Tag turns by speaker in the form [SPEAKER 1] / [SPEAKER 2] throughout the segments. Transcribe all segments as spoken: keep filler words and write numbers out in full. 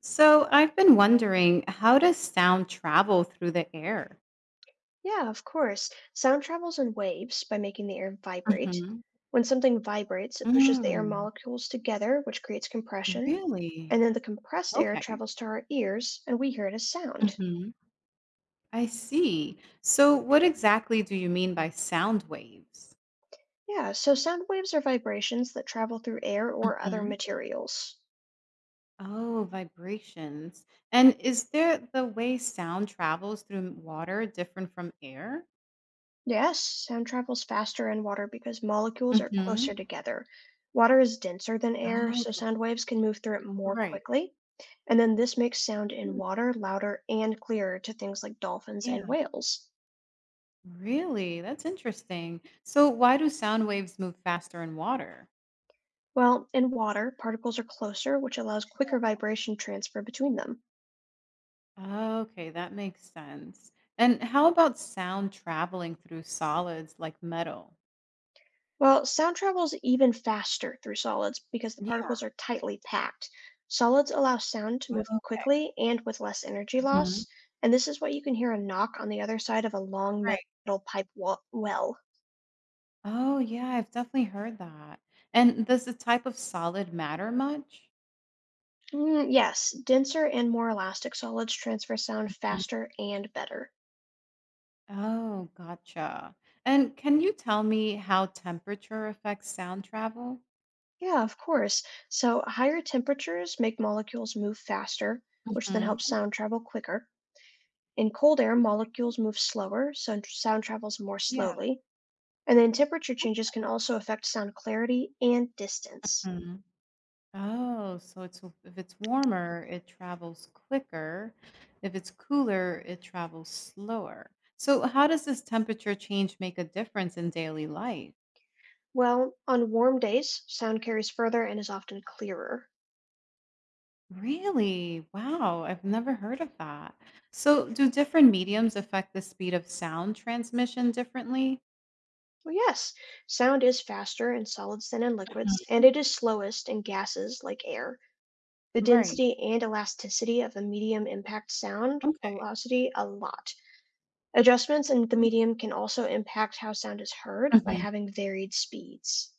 [SPEAKER 1] So I've been wondering, how does sound travel through the air?
[SPEAKER 2] Yeah, of course. Sound travels in waves by making the air vibrate.
[SPEAKER 1] Mhm.
[SPEAKER 2] When something vibrates, it pushes the air
[SPEAKER 1] Mm.
[SPEAKER 2] molecules together, which creates compression. And
[SPEAKER 1] Really?
[SPEAKER 2] then the compressed air
[SPEAKER 1] Okay.
[SPEAKER 2] travels to our ears, and we hear it as sound.
[SPEAKER 1] Mhm. I see. So what exactly do you mean by sound waves?
[SPEAKER 2] Yeah, so sound waves are vibrations that travel through air or other
[SPEAKER 1] Mhm.
[SPEAKER 2] materials.
[SPEAKER 1] Oh, vibrations. And is there the way sound travels through water different from air?
[SPEAKER 2] Yes, sound travels faster in water because molecules are closer
[SPEAKER 1] Mhm.
[SPEAKER 2] together. Water is denser than air,
[SPEAKER 1] Oh,
[SPEAKER 2] so
[SPEAKER 1] okay.
[SPEAKER 2] sound waves can move through it more
[SPEAKER 1] Right.
[SPEAKER 2] quickly. And then this makes sound in
[SPEAKER 1] Mm.
[SPEAKER 2] water louder and clearer to things like dolphins and
[SPEAKER 1] Yeah.
[SPEAKER 2] whales.
[SPEAKER 1] Really? That's interesting. So why do sound waves move faster in water?
[SPEAKER 2] Well, in water, particles are closer, which allows quicker vibration transfer between them.
[SPEAKER 1] Okay, that makes sense. And how about sound traveling through solids like metal?
[SPEAKER 2] Well, sound travels even faster through solids because the
[SPEAKER 1] Yeah.
[SPEAKER 2] particles are tightly packed. Solids allow sound to move quickly and with less energy
[SPEAKER 1] Mhm.
[SPEAKER 2] loss, and this is what you can hear a knock on the other side of a long
[SPEAKER 1] Right.
[SPEAKER 2] metal pipe wa- well.
[SPEAKER 1] Oh, yeah, I've definitely heard that. And does the type of solid matter much?
[SPEAKER 2] Mm, yes, denser and more elastic solids transfer sound
[SPEAKER 1] Mm.
[SPEAKER 2] faster and better.
[SPEAKER 1] Oh, gotcha. And can you tell me how temperature affects sound travel?
[SPEAKER 2] Yeah, of course. So higher temperatures make molecules move faster, which then helps
[SPEAKER 1] Mhm.
[SPEAKER 2] sound travel quicker. In cold air,
[SPEAKER 1] Okay.
[SPEAKER 2] molecules move slower, so sound travels more
[SPEAKER 1] Yeah.
[SPEAKER 2] slowly. And then temperature changes can also affect sound clarity and distance.
[SPEAKER 1] Oh, so it's if it's warmer, it travels quicker. If it's cooler, it travels slower. So how does this temperature change make a difference in daily life?
[SPEAKER 2] Well, on warm days, sound carries further and is often clearer.
[SPEAKER 1] Really? Wow, I've never heard of that. So do different mediums affect the speed of sound transmission differently?
[SPEAKER 2] Well, yes, sound is faster in solids than in liquids,
[SPEAKER 1] Mhm.
[SPEAKER 2] and it is slowest in gases like air. The
[SPEAKER 1] Right.
[SPEAKER 2] density and elasticity of a medium impact sound
[SPEAKER 1] Okay.
[SPEAKER 2] velocity a lot. Adjustments in the medium can also impact how sound is heard by
[SPEAKER 1] Mhm.
[SPEAKER 2] having varied speeds.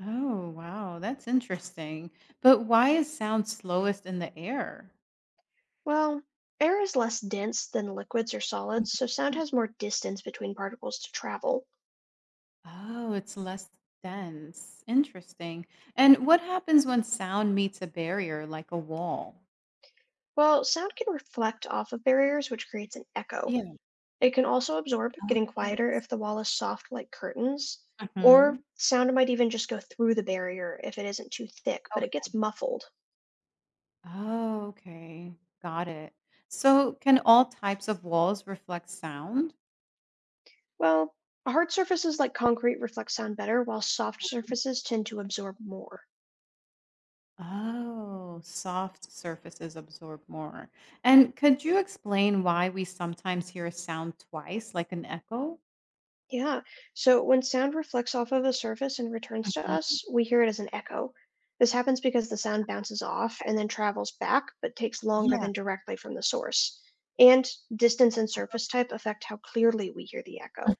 [SPEAKER 1] Oh, wow, that's interesting. But why is sound slowest in the air?
[SPEAKER 2] Well, air is less dense than liquids or solids, so sound
[SPEAKER 1] Mhm.
[SPEAKER 2] has more distance between particles to travel.
[SPEAKER 1] Oh, it's less dense. Interesting. And what happens when sound meets a barrier like a wall?
[SPEAKER 2] While sound can reflect off of barriers, which creates an echo,
[SPEAKER 1] Yeah.
[SPEAKER 2] it can also absorb,
[SPEAKER 1] Oh,
[SPEAKER 2] getting
[SPEAKER 1] yeah.
[SPEAKER 2] quieter if the wall is soft like curtains. Or
[SPEAKER 1] Hmm.
[SPEAKER 2] sound might even just go through the barrier if it isn't too thick, but
[SPEAKER 1] Okay.
[SPEAKER 2] it gets muffled.
[SPEAKER 1] Oh, okay. Got it. So, can all types of walls reflect sound?
[SPEAKER 2] Well, hard surfaces like concrete reflect sound better, while soft
[SPEAKER 1] Mhm.
[SPEAKER 2] surfaces tend to absorb more.
[SPEAKER 1] Oh, soft surfaces absorb more. And could you explain why we sometimes hear a sound twice, like an echo?
[SPEAKER 2] Yeah. So when sound reflects off of a surface and returns to
[SPEAKER 1] Mhm.
[SPEAKER 2] us, we hear it as an echo. This happens because the sound bounces off and then travels back, but takes longer
[SPEAKER 1] Yeah.
[SPEAKER 2] than directly from the source. And distance and surface type affect how clearly we hear the echo.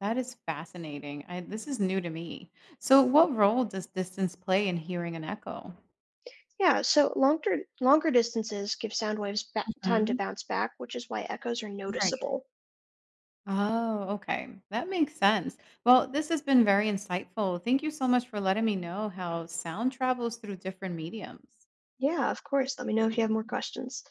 [SPEAKER 1] That is fascinating. I this is new to me. So what role does distance play in hearing an echo?
[SPEAKER 2] Yeah, so longer longer distances give sound waves ba- time to
[SPEAKER 1] Mhm.
[SPEAKER 2] bounce back, which is why echoes are
[SPEAKER 1] Right.
[SPEAKER 2] noticeable.
[SPEAKER 1] Oh, okay. That makes sense. Well, this has been very insightful. Thank you so much for letting me know how sound travels through different mediums.
[SPEAKER 2] Yeah, of course. Let me know if you have more questions.